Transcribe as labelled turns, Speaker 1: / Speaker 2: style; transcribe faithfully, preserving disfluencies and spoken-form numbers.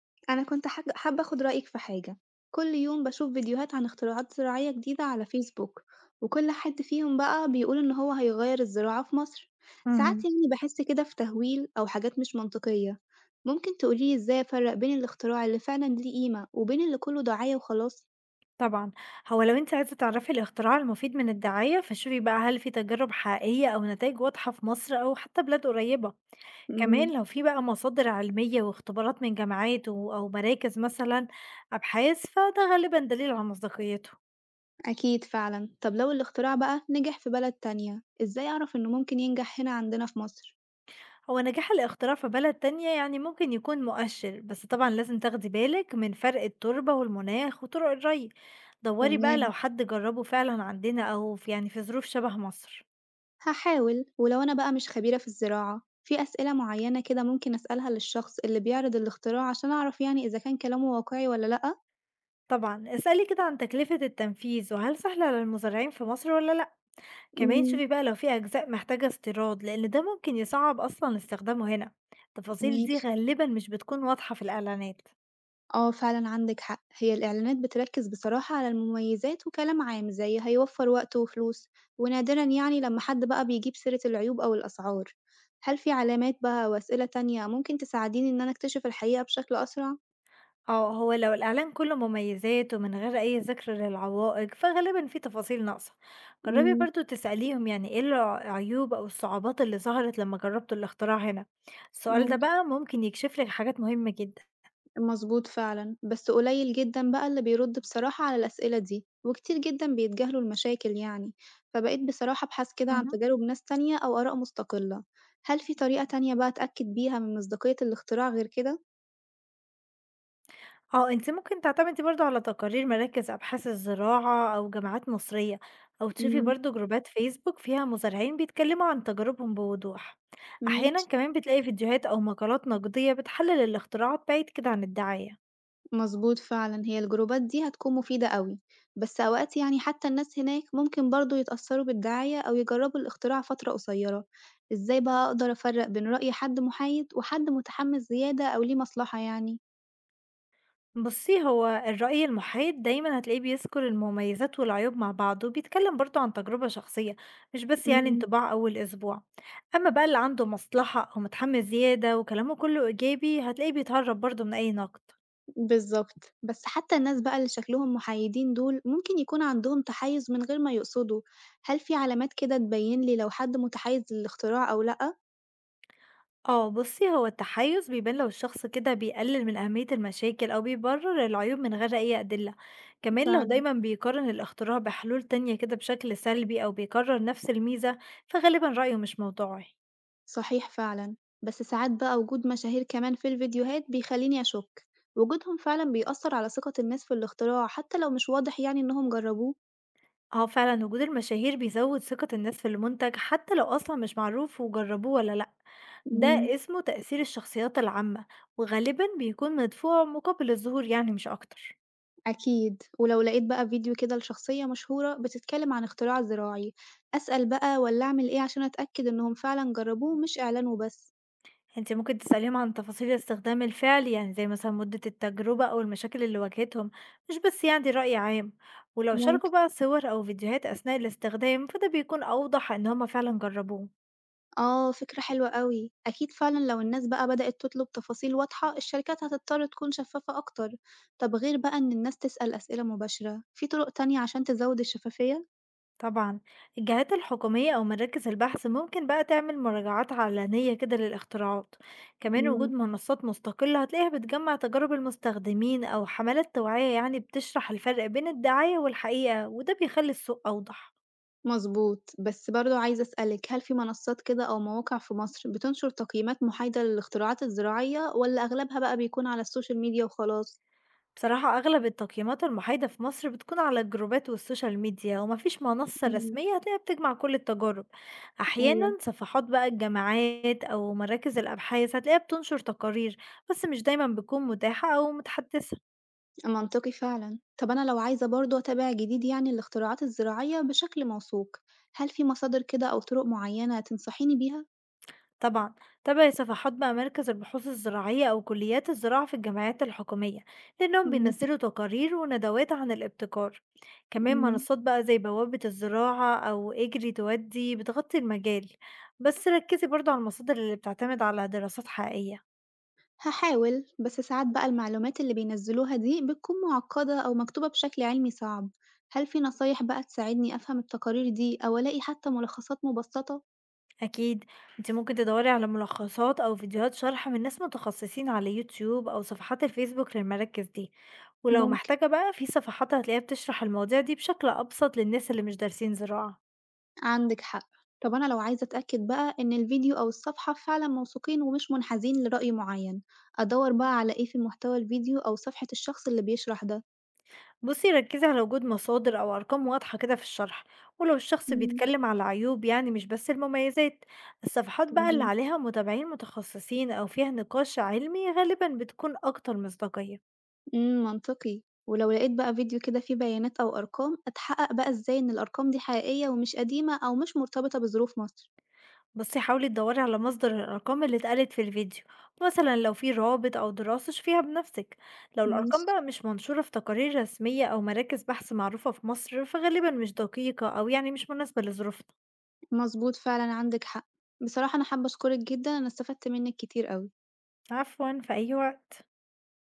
Speaker 1: أنا كنت حاج حابة آخد رأيِك في حاجة، كل يوم باشوف فيديوهات عن اختراعات زراعية جديدة على فيسبوك، وكل حد فيهم بقى بيقول إن هو هيغير الزراعة في مصر، ساعات
Speaker 2: اهم،
Speaker 1: يعني بحس كده في تهويل أو حاجات مش منطقية، ممكن تقوليلي إزاي أفرق بين الاختراع اللي فعلًا ليه قيمة وبين اللي كله دعاية وخلاص؟
Speaker 2: طبعًا. هو لو أنتِ عايزة تعرفي الاختراع المفيد من الدعاية، فشوفي بقى هل في تجارب حقيقية أو نتايج واضحة في مصر أو حتى بلاد قريبة.
Speaker 1: إمم.
Speaker 2: كمان لو في بقى مصادر علمية واختبارات من جامعات و أو مراكز مثلًا أبحاث، فده غالبًا دليل على مصداقيته.
Speaker 1: أكيد فعلًا، طب لو الاختراع بقى نجح في بلد تانية، إزاي أعرف إنه ممكن ينجح هنا عندنا في مصر؟
Speaker 2: هو نجاح الاختراع في بلد تانية يعني ممكن يكون مؤشر، بس طبعًا لازم تاخدي بالك من فرق التربة والمناخ وطرق الري. دوري بقى لو
Speaker 1: تمام.
Speaker 2: حد جربه فعلًا عندنا أو في يعني في ظروف شبه مصر.
Speaker 1: هاحاول، ولو أنا بقى مش خبيرة في الزراعة، في أسئلة معينة كده ممكن أسألها للشخص اللي بيعرض الاختراع عشان أعرف يعني إذا كان كلامه واقعي ولا لأ؟
Speaker 2: طبعًا، اسألي كده عن تكلفة التنفيذ وهل سهل على المزارعين في مصر والّا لأ، كمان
Speaker 1: إمم.
Speaker 2: شوفي بقى لو في أجزاء محتاجة استيراد لأن ده ممكن يصعّب أصلًا استخدامه هنا، التفاصيل دي
Speaker 1: ماشي.
Speaker 2: غالبًا مش بتكون واضحة في الإعلانات.
Speaker 1: آه فعلًا عندك حق، هي الإعلانات بتركز بصراحة على المميزات وكلام عام زي هيوفر وقت وفلوس، ونادرًا يعني لما حد بقى بيجيب سيرة العيوب أو الأسعار. هل في علامات بقى أو أسئلة تانية ممكن تساعديني إن أنا أكتشف الحقيقة بشكل أسرع؟
Speaker 2: آه، هو لو الإعلان كله مميزات ومن غير أي ذكر للعوائق فغالبًا في تفاصيل ناقصة، جربي
Speaker 1: إمم.
Speaker 2: برضه تسأليهم يعني إيه العيوب أو الصعوبات اللي ظهرت لما جربتوا الاختراع هنا، السؤال ده
Speaker 1: ممكن.
Speaker 2: بقى ممكن يكشف لِك حاجات مهمة جدًا.
Speaker 1: مضبوط فعلًا، بس قليل جدًا بقى اللي بيرد بصراحة على الأسئلة دي، وكتير جدًا بيتجاهلوا المشاكل يعني، فبقيت بصراحة أبحث كده عن
Speaker 2: اهم.
Speaker 1: تجارب ناس تانية أو آراء مستقلة. هل في طريقة تانية بقى أتأكد بيها من مصداقية الاختراع غير كده؟
Speaker 2: آه، أنتِ ممكن تعتمدي برضه على تقارير مراكز أبحاث الزراعة أو جامعات مصرية، أو تشوفي
Speaker 1: إمم.
Speaker 2: برضه جروبات فيسبوك فيها مزارعين بيتكلموا عن تجاربهم بوضوح. أحيانا
Speaker 1: ماشي.
Speaker 2: كمان بتلاقي فيديوهات أو مقالات نقدية بتحلل الاختراعات بعيد كده عن الدعاية.
Speaker 1: مضبوط فعلًا، هي الجروبات دي هتكون مفيدة أوي، بس أوقات يعني حتى الناس هناك ممكن برضه يتأثروا بالدعاية أو يجربوا الاختراع فترة قصيرة. إزاي بقى أقدر أفرق بين رأي حد محايد وحد متحمس زيادة أو ليه مصلحة يعني؟
Speaker 2: بُصّي، هو الرأي المحايد دايمًا هتلاقيه بيذكر المميزات والعيوب مع بعض، وبيتكلم برضه عن تجربة شخصية، مش بس يعني
Speaker 1: إمم.
Speaker 2: انطباع أول أسبوع. أما بقى اللي عنده مصلحة أو متحمس زيادة وكلامه كله إيجابي، هتلاقيه بيتهرب برضه من أي نقد.
Speaker 1: بالضبط، بس حتى الناس بقى اللي شكلهم محايدين دول ممكن يكون عندهم تحيُّز من غير ما يقصدوا، هل في علامات كده تبين لي لو حد متحيِّز للاختراع أو لأ؟
Speaker 2: آه بُصّي، هو التحيُّز بيبان لو الشخص كده بيقلل من أهمية المشاكل أو بيبرر العيوب من غير أي أدلة، كمان لو
Speaker 1: فعلًا،
Speaker 2: دايمًا بيقارن الاختراع بحلول تانية كده بشكل سلبي أو بيكرر نفس الميزة، فغالبًا رأيه مش موضوعي.
Speaker 1: صحيح فعلًا، بس ساعات بقى وجود مشاهير كمان في الفيديوهات بيخلّيني أشُك، وجودهم فعلًا بيأثّر على ثقة الناس في الاختراع حتى لو مش واضح يعني إنهم جرّبوه؟
Speaker 2: آه فعلًا وجود المشاهير بيزوّد ثقة الناس في المنتج حتى لو أصلًا مش معروف وجربوه والّا لأ، ده
Speaker 1: إمم.
Speaker 2: اسمه تأثير الشخصيات العامة، وغالبًا بيكون مدفوع مقابل الظهور يعني مش أكتر.
Speaker 1: أكيد، ولو لقيت بقى فيديو كده لشخصية مشهورة بتتكلم عن اختراع زراعي، أسأل بقى والّا أعمل إيه عشان أتأكد إنهم فعلًا جرّبوه مش إعلان وبس؟
Speaker 2: أنتِ ممكن تسأليهم عن تفاصيل الاستخدام الفعلي، يعني زي مثلًا مدة التجربة أو المشاكل اللي واجهتهم، مش بس يعني رأي عام، ولو شاركوا
Speaker 1: ممكن.
Speaker 2: بقى صور أو فيديوهات أثناء الاستخدام، فده بيكون أوضح إن هُم فعلًا جربوه.
Speaker 1: آه، فكرة حلوة أوي. أكيد فعلًا لو الناس بقى بدأت تطلب تفاصيل واضحة، الشركات هتضطر تكون شفافة أكتر. طب غير بقى إن الناس تسأل أسئلة مباشرة، في طرق تانية عشان تزود الشفافية؟
Speaker 2: طبعًا، الجهات الحكومية أو مراكز البحث ممكن بقى تعمل مراجعات علنية كده للاختراعات، كمان وجود
Speaker 1: إمم.
Speaker 2: منصات مستقلة هتلاقيها بتجمع تجارب المستخدمين أو حملات توعية يعني بتشرح الفرق بين الدعاية والحقيقة، وده بيخلي السوق أوضح.
Speaker 1: مضبوط. بس برضه عايزة أسألِك، هل في منصات كده أو مواقع في مصر بتنشر تقييمات محايدة للاختراعات الزراعية، والّا أغلبها بقى بيكون على السوشيال ميديا وخلاص؟
Speaker 2: بصراحة أغلب التقييمات المحايدة في مصر بتكون على الجروبات والسوشيال ميديا ومفيش منصة
Speaker 1: إمم.
Speaker 2: رسمية هتلاقيها بتجمع كل التجارب.
Speaker 1: أيوه.
Speaker 2: أحيانا صفحات بقى الجامعات أو مراكز الأبحاث هتلاقيها بتنشر تقارير، بس مش دايما بتكون متاحة أو متحدثة.
Speaker 1: منطقي فعلا، طب أنا لو عايزة برضه أتابع جديد يعني الاختراعات الزراعية بشكل موثوق، هل في مصادر كده أو طرق معينة تنصحيني بيها؟
Speaker 2: طبعا، تبع صفحات بقى مركز البحوث الزراعية أو كليات الزراعة في الجامعات الحكومية لأنهم
Speaker 1: مم،
Speaker 2: بينزلوا تقارير وندوات عن الابتكار. كمان
Speaker 1: مم،
Speaker 2: منصات بقى زي بوابة الزراعة أو اجري تودي بتغطي المجال، بس ركزي برضو على المصادر اللي بتعتمد على دراسات حقيقية.
Speaker 1: هحاول، بس ساعات بقى المعلومات اللي بينزلوها دي بتكون معقدة أو مكتوبة بشكل علمي صعب، هل في نصايح بقى تساعدني أفهم التقارير دي أو ألاقي حتى ملخصات مبسطة؟
Speaker 2: أكيد، انت ممكن تدوري على ملخصات أو فيديوهات شرح من ناس متخصصين على يوتيوب أو صفحات الفيسبوك للمراكز دي، ولو
Speaker 1: ممكن.
Speaker 2: محتاجة بقى في صفحات هتلاقيها بتشرح المواضيع دي بشكل أبسط للناس اللي مش دارسين زراعة.
Speaker 1: عندِك حق. طب أنا لو عايزة أتأكد بقى إن الفيديو أو الصفحة فعلًا موثوقين ومش منحازين لرأي معيّن، أدوّر بقى على إيه في محتوى الفيديو أو صفحة الشخص اللي بيشرح ده؟
Speaker 2: بصي ركزي على وجود مصادر أو أرقام واضحة كده في الشرح، ولو الشخص
Speaker 1: إمم.
Speaker 2: بيتكلم على عيوب يعني مش بس المميزات. الصفحات بقى اللي
Speaker 1: تمام.
Speaker 2: عليها متابعين متخصصين أو فيها نقاش علمي غالبا بتكون أكتر مصداقية.
Speaker 1: إمم، منطقي. ولو لقيت بقى فيديو كده فيه بيانات أو أرقام، أتحقق بقى إزاي إن الأرقام دي حقيقية ومش قديمة أو مش مرتبطة بظروف مصر؟
Speaker 2: بصي حاولي تدوري على مصدر الأرقام اللي اتقالت في الفيديو، مثلا لو في رابط أو دراسة شوفيها بنفسك. لو الأرقام
Speaker 1: ماشي.
Speaker 2: بقى مش منشورة في تقارير رسمية أو مراكز بحث معروفة في مصر فغالبا مش دقيقة أو يعني مش مناسبة لظروفنا.
Speaker 1: مضبوط فعلًا، عندِك حق. بصراحة أنا حابة أشكرِك جدًا، أنا استفدت منِّك كتير أوي.
Speaker 2: عفوا، في أي وقت.